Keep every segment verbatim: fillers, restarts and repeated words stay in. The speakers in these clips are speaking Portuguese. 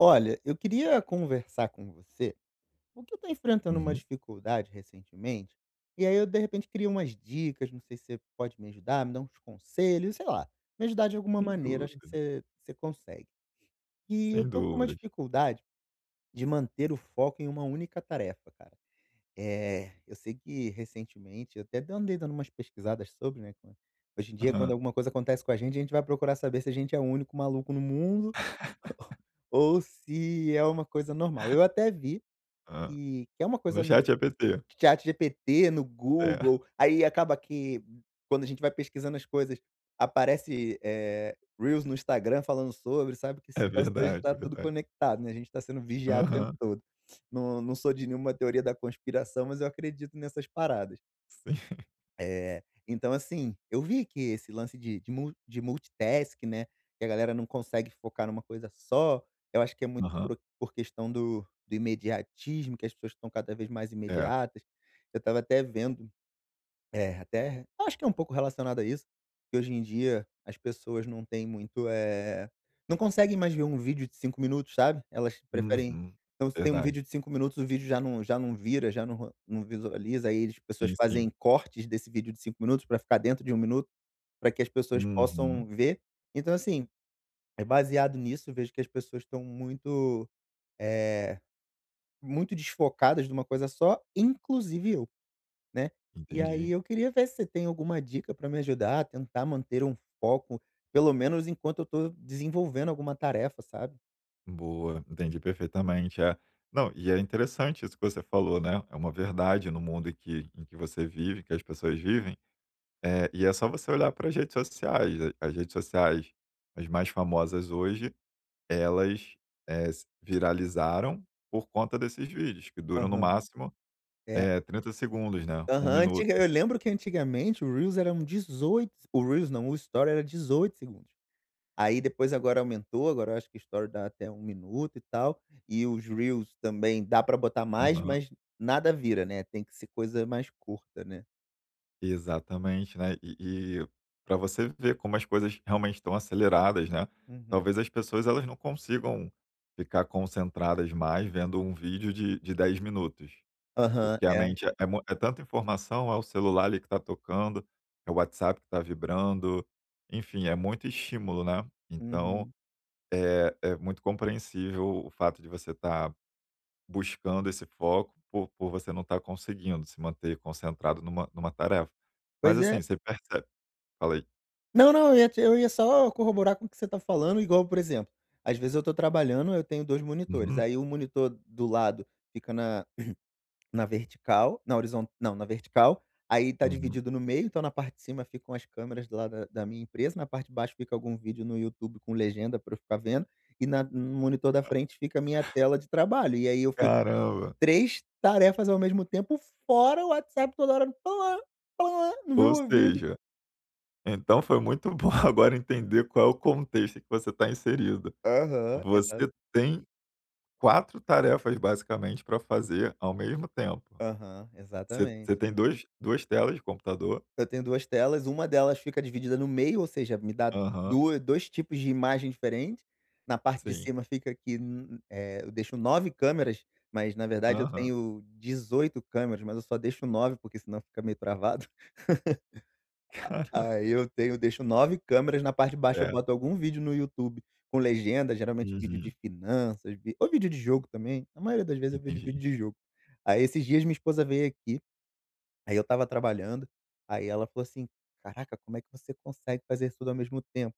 Olha, eu queria conversar com você, porque eu estou enfrentando uma Uhum. dificuldade recentemente, e aí eu de repente queria umas dicas, não sei se você pode me ajudar, me dar uns conselhos, sei lá, me ajudar de alguma Sem maneira, acho que dúvida, você, você consegue. E eu sem tô com uma dúvidas. dificuldade de manter o foco em uma única tarefa, cara. É, eu sei que recentemente, eu até andei dando umas pesquisadas sobre, né? com- Hoje em dia, quando Hã, alguma coisa acontece com a gente, a gente vai procurar saber se a gente é o único maluco no mundo ou se é uma coisa normal. Eu até vi hã. e que é uma coisa No no ChatGPT. chat ChatGPT, no É, é Google, aí acaba que quando a gente vai pesquisando as coisas, aparece, eh, reels no Instagram falando sobre, sabe, que esse é troço hoje verdade, tá é tudo verdade. conectado, né, a gente está sendo vigiado o tempo Aham, todo. Não não sou de nenhuma teoria da conspiração, mas eu acredito nessas paradas. sim. É, então assim, eu vi que esse lance de de mul de multitask, né, que a galera não consegue focar numa coisa só, eu acho que é muito Aham, por por questão do do imediatismo, que as pessoas estão cada vez mais é. imediatas. Eu estava até vendo, é, até acho que é um pouco relacionado a isso, que hoje em dia as pessoas não têm muito, eh, não conseguem mais ver um vídeo de cinco minutos, sabe. Elas preferem, Uhum. então se tem um vídeo Verdade. de cinco minutos, o vídeo já não já não vira, já não ro- não visualiza, aí as pessoas Sim, sim. fazem cortes desse vídeo de cinco minutos para ficar dentro de um minuto, para que as pessoas possam Uhum. ver. Então assim, é baseado nisso, vejo que as pessoas estão muito, eh, muito desfocadas de uma coisa só, inclusive eu, né? E aí Entendi. eu queria ver se você tem alguma dica para me ajudar a tentar manter um foco, pelo menos enquanto eu tô desenvolvendo alguma tarefa, sabe? Boa, entendi perfeitamente, é. Não, e é interessante isso que você falou, né, é uma verdade no mundo em que em que você vive, que as pessoas vivem, eh, e é só você olhar para as redes sociais. A as redes sociais, as mais famosas hoje, elas, eh, s viralizaram por conta desses vídeos que duram no Uhum. Aham. máximo, É. eh, trinta segundos, né, um Aham, antiga minuto. Eu lembro que antigamente o Reels era um dezoito, o Reels não, o Story era dezoito segundos. Aí depois agora aumentou, agora eu acho que o story dá até um minuto e tal, e os reels também dá pra botar mais, Aham. mas nada vira, né, tem que ser coisa mais curta, né. Exatamente, né, e e pra você ver como as coisas realmente estão aceleradas, né, Uhum. talvez as pessoas elas não consigam ficar concentradas mais vendo um vídeo de de dez minutos, Aham, porque a é. mente é é mu é tanta informação, é o celular ali que está tocando, é o WhatsApp que está vibrando, enfim, é muito estímulo, né. Então Uhum. é, é muito compreensível o fato de você estar buscando esse foco por, por você não estar conseguindo se manter concentrado numa, numa tarefa. Mas Pois assim, é. você percebe. Falei. Não, não, eu ia te eu ia só corroborar com o que você tá falando, igual, por exemplo, às vezes eu tô trabalhando, eu tenho dois monitores, Uhum, aí o monitor do lado fica na Na vertical, na horizontal, não, na vertical, aí tá uhum. dividido no meio, então na parte de cima ficam as câmeras lá da da minha empresa, na parte de baixo fica algum vídeo no YouTube com legenda para eu ficar vendo, e na no monitor da frente fica a minha tela de trabalho, e aí eu fico Caramba! três tarefas ao mesmo tempo, fora o WhatsApp toda hora no no Ou meu ouvido. seja, então foi muito bom agora entender qual é o contexto em que você está inserido. Aham, exa Você tem quatro tarefas basicamente para fazer ao mesmo tempo. aham, Você, exatamente. você tem dois, duas telas de computador? Eu tenho duas telas, uma delas fica dividida no meio, ou seja, me dá Aham, dua dois tipos de imagem diferentes. Na parte de sim. cima fica que n eh, eu deixo nove câmeras, mas na verdade eu Aham. tenho dezoito câmeras, mas eu só deixo nove porque senão fica meio travado. Cara, Aí eu tenho deixo nove câmeras, na parte de baixo eu é. boto algum vídeo no YouTube com legenda, geralmente vídeo de Uhum. finanças, vi ou vídeo de jogo também, a maioria das vezes eu vejo vídeo Entendi. de jogo. Aí esses dias minha esposa veio aqui. Aí eu estava trabalhando, aí ela falou assim: "Caraca, como é que você consegue fazer isso tudo ao mesmo tempo?"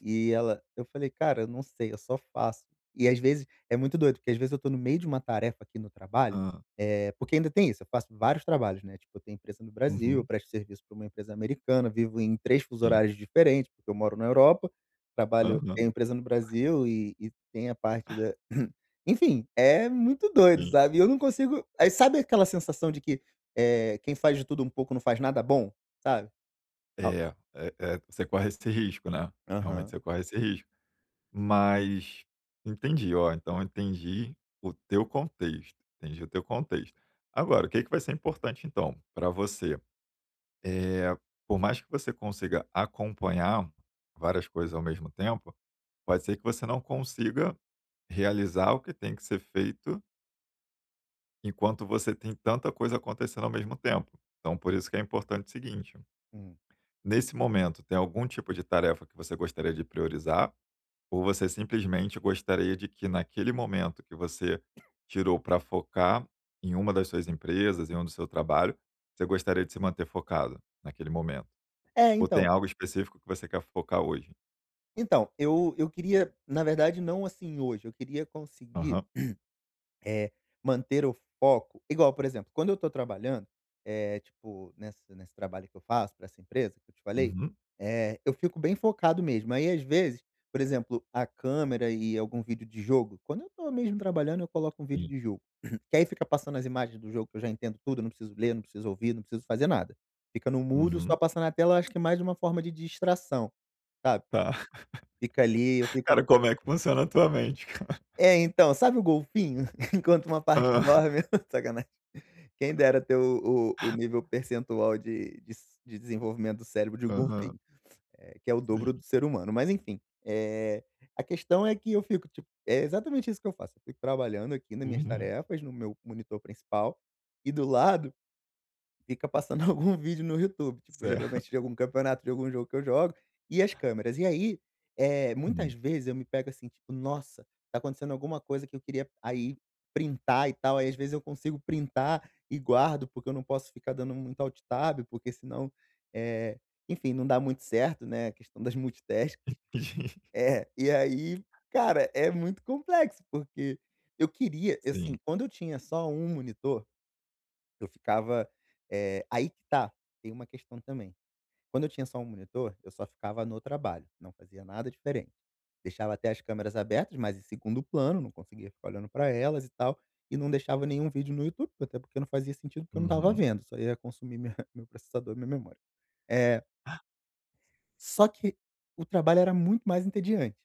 E ela eu falei: "Cara, eu não sei, eu só faço". E às vezes é muito doido, porque às vezes eu tô no meio de uma tarefa aqui no trabalho, Hã. é porque ainda tem isso, eu faço vários trabalhos, né, tipo, eu tenho empresa no Brasil, eu Uhum. presto serviço para uma empresa americana, vivo em três fuso Sim. horários diferentes, porque eu moro na Europa, trabalho Aham, tenho empresa no Brasil, e e tem a parte da enfim, é muito doido, sim. sabe, e eu não consigo, aí sabe aquela sensação de que é quem faz de tudo um pouco não faz nada bom, sabe? Ah, É, é é, você corre esse risco, né, realmente aham. você corre esse risco. Mas entendi, ó, então entendi o teu contexto, entendi o teu contexto. Agora, o que que vai ser importante então para você? Eh, por mais que você consiga acompanhar várias coisas ao mesmo tempo, pode ser que você não consiga realizar o que tem que ser feito, enquanto você tem tanta coisa acontecendo ao mesmo tempo. Então por isso que é importante o seguinte. Hum. Nesse momento, tem algum tipo de tarefa que você gostaria de priorizar? Ou você simplesmente gostaria de que, naquele momento que você tirou para focar em uma das suas empresas, em um do seu trabalho, você gostaria de se manter focado naquele momento? É, Ou tem então. algo específico que você quer focar hoje? Então, eu eu queria, na verdade, não assim hoje, eu queria conseguir, Aham. eh, manter o foco, igual, por exemplo, quando eu estou trabalhando, eh, tipo, nessa nesse trabalho que eu faço para essa empresa que eu te falei, Uhum. eh, eu fico bem focado mesmo. Aí, às vezes, por exemplo, a câmera e algum vídeo de jogo, quando eu estou mesmo trabalhando, eu coloco um vídeo Sim. de jogo, que aí fica passando as imagens do jogo, que eu já entendo tudo, eu não preciso ler, não preciso ouvir, não preciso fazer nada. Fica no mudo, só Uhum. passando na tela, eu acho que é mais uma forma de distração, sabe. Tá. Fica ali, eu fico. Cara, como é que funciona a tua mente, cara? É, então, sabe o golfinho? Enquanto uma parte Hã. dorme sacanagem. Quem dera ter o o o nível percentual de de s de desenvolvimento do cérebro de um Aham. golfinho, eh, que é o dobro Sim. do ser humano, mas enfim. Eh, a questão é que eu fico, tipo, é exatamente isso que eu faço, eu fico trabalhando aqui nas minhas Uhum. tarefas, no meu monitor principal, e do lado fica passando algum vídeo no YouTube, tipo, Certo. geralmente de algum campeonato, de algum jogo que eu jogo, e as câmeras. E aí, eh, muitas Hum. vezes eu me pego assim, tipo: "Nossa, tá acontecendo alguma coisa que eu queria" aí printar e tal, aí às vezes eu consigo printar e guardo, porque eu não posso ficar dando muito alt tab, porque senão, eh, enfim, não dá muito certo, né, a questão das multitask. É, e aí, cara, é muito complexo, porque eu queria assim, Sim. quando eu tinha só um monitor eu ficava, eh, aí que tá, tem uma questão também. Quando eu tinha só um monitor, eu só ficava no trabalho, não fazia nada diferente. Deixava até as câmeras abertas, mas em segundo plano, não conseguia ficar olhando pra elas e tal, e não deixava nenhum vídeo no YouTube, até porque não fazia sentido, porque eu não estava Uhum. vendo, só ia consumir minha meu processador e minha memória. É só que o trabalho era muito mais entediante.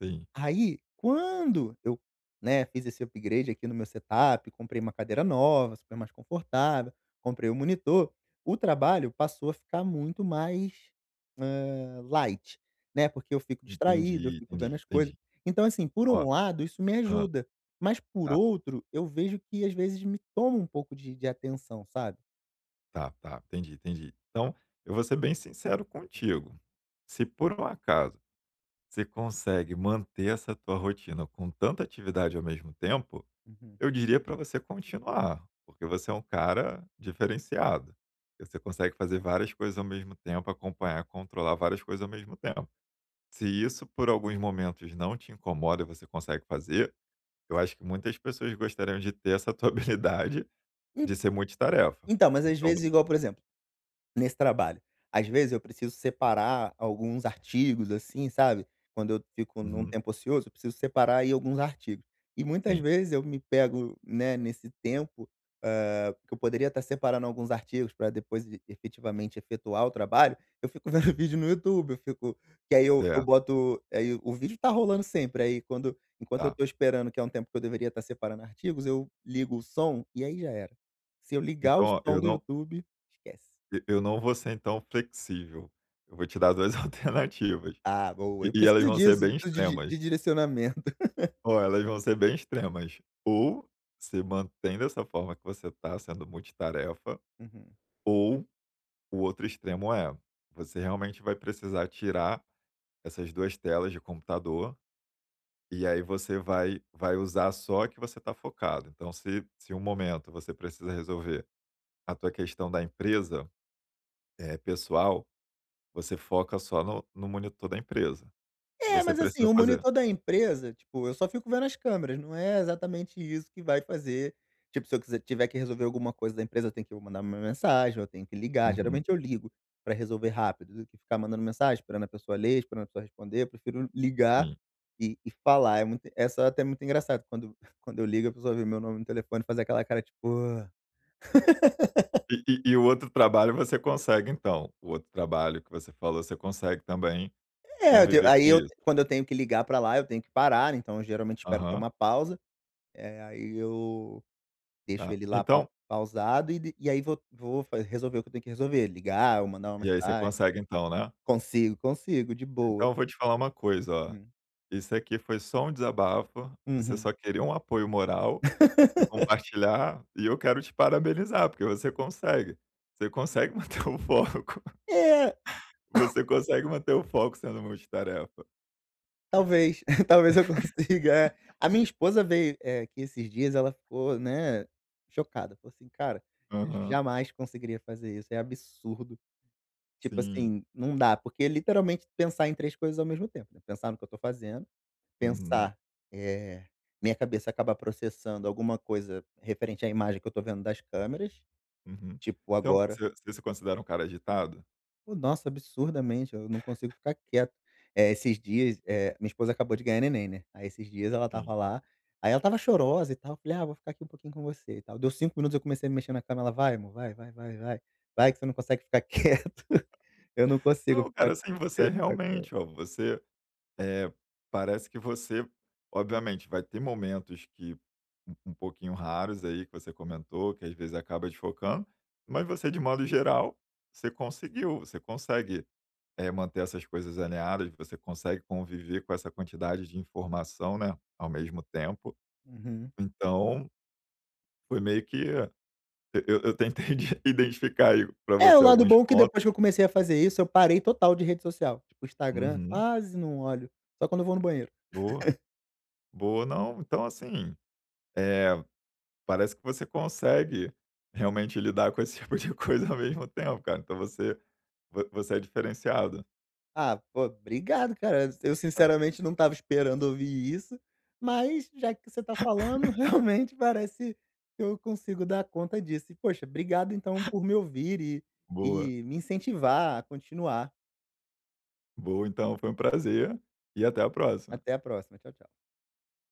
Sim. Aí, quando eu, né, fiz esse upgrade aqui no meu setup, comprei uma cadeira nova, super mais confortável, comprei o monitor, o trabalho passou a ficar muito mais, hã, light, né, porque eu fico distraído, eu Entendi, fico vendo entendi, as coisas. entendi. Então, assim, por Ó, um lado, isso me hã, ajuda, mas por tá, outro, eu vejo que às vezes me toma um pouco de de atenção, sabe? tá, tá, entendi, entendi. Então, eu vou ser bem sincero contigo, se por um acaso você consegue manter essa tua rotina com tanta atividade ao mesmo tempo, Uhum. Uhum. eu diria para você continuar, porque você é um cara diferenciado. Você consegue fazer várias coisas ao mesmo tempo, acompanhar, controlar várias coisas ao mesmo tempo. Se isso por alguns momentos não te incomoda e você consegue fazer, eu acho que muitas pessoas gostariam de ter essa tua habilidade En de ser multitarefa. Então, mas às Então vezes igual, por exemplo. Nesse trabalho, às vezes eu preciso separar alguns artigos, assim, sabe, quando eu fico num uhum. tempo ocioso, eu preciso separar aí alguns artigos. E muitas Sim, vezes eu me pego, né, nesse tempo, hã, que eu poderia estar separando alguns artigos para depois e efetivamente efetuar o trabalho, eu fico vendo vídeo no YouTube, eu fico que aí eu eu certo, boto aí o vídeo tá rolando sempre, aí quando enquanto eu tá. tô esperando, que é um tempo que eu deveria estar separando artigos, eu ligo o som e aí já era. Se eu ligar Então, o ó, som eu do não YouTube, esquece. e eu não vou ser, então, flexível. Eu vou te dar duas alternativas Ah, boa. e Eu e elas preciso vão ser disso, eu bem preciso de extremas. de direcionamento. Ó, elas vão ser bem extremas. Ou se mantém dessa forma que você está sendo multitarefa, Uhum. ou o outro extremo é, você realmente vai precisar tirar essas duas telas de computador, e aí você vai vai usar só que você está focado. Então se se um momento você precisa resolver a tua questão da empresa, é pessoal. Você foca só no no monitor da empresa. Se É, você mas assim, precisa o fazer monitor da empresa, tipo, eu só fico vendo as câmeras, não é exatamente isso que vai fazer. Tipo, se eu quiser tiver que resolver alguma coisa da empresa, eu tenho que mandar uma mensagem, eu tenho que ligar. uhum, Geralmente eu ligo pra resolver rápido, do que ficar mandando mensagem, esperando a pessoa ler, esperando a pessoa responder. Eu prefiro ligar sim. e e falar. É muito É só até muito engraçado, quando quando eu ligo, a pessoa vê meu nome no telefone e faz aquela cara tipo: "Ah". E e e o outro trabalho você consegue então, o outro trabalho que você falou, você consegue também É, eu tenho conviver aí com eu isso. quando eu tenho que ligar pra lá, eu tenho que parar, né, então eu geralmente espero ter Aham, uma pausa, eh, aí eu deixo tá. ele lá pau Então pausado e de e aí vou vou fa resolver o que eu tenho que resolver, ligar ou mandar uma e aí você mensagem. consegue então, né. Consigo, consigo, de boa. Então eu vou te falar uma coisa, ó, Hum. isso aqui foi só um desabafo, você Uhum. só queria um apoio moral e compartilhar, e eu quero te parabenizar, porque você consegue. Você consegue manter o foco, É, você consegue manter o foco sendo multitarefa. talvez, talvez eu consiga, é. A minha esposa veio, eh, aqui esses dias, ela ficou, né, chocada, falou assim: "Cara, eu Aham. jamais conseguiria fazer isso, é absurdo". Tipo Sim. assim, não dá, porque é literalmente pensar em três coisas ao mesmo tempo, né, pensar no que eu tô fazendo, Uhum, pensar, eh, minha cabeça acaba processando alguma coisa referente à imagem que eu tô vendo das câmeras, uhum. tipo Então, agora. você você se considera um cara agitado? Oh, nossa, absurdamente, eu não consigo ficar quieto. Eh, esses dias, eh, minha esposa acabou de ganhar neném, né, aí esses dias ela Sim. tava lá, aí ela tava chorosa e tal, eu falei: "Ah, vou ficar aqui um pouquinho com você e tal", deu cinco minutos eu comecei a me mexer na cama, ela: "Vai amor, vai, vai, vai, vai, vai que você não consegue ficar quieto". Eu não consigo Não, cara, ficar assim, você quieto. realmente, ó, você, eh, parece que você obviamente, vai ter momentos que um um pouquinho raros aí, que você comentou, que às vezes acaba desfocando, mas você, de modo geral, você conseguiu, você consegue, eh, manter essas coisas alinhadas, você consegue conviver com essa quantidade de informação, né, ao mesmo tempo. Uhum. Então, foi meio que Eu eu eu tentei de identificar aí pra É, o você lado alguns bom é que depois pontos. que eu comecei a fazer isso, eu parei total de rede social. Tipo, Instagram, Uhum. quase não olho. Só quando eu vou no banheiro. Boa, boa. Não, então assim, eh, parece que você consegue realmente lidar com esse tipo de coisa ao mesmo tempo, cara. Então você vo você é diferenciado. Ah, pô, obrigado, cara. Eu sinceramente não estava esperando ouvir isso, mas já que você tá falando, realmente parece que eu consigo dar conta disso. E, poxa, obrigado então por me ouvir e, Boa, e me incentivar a continuar. boa. Então foi um prazer e até a próxima. Até a próxima. Tchau, tchau.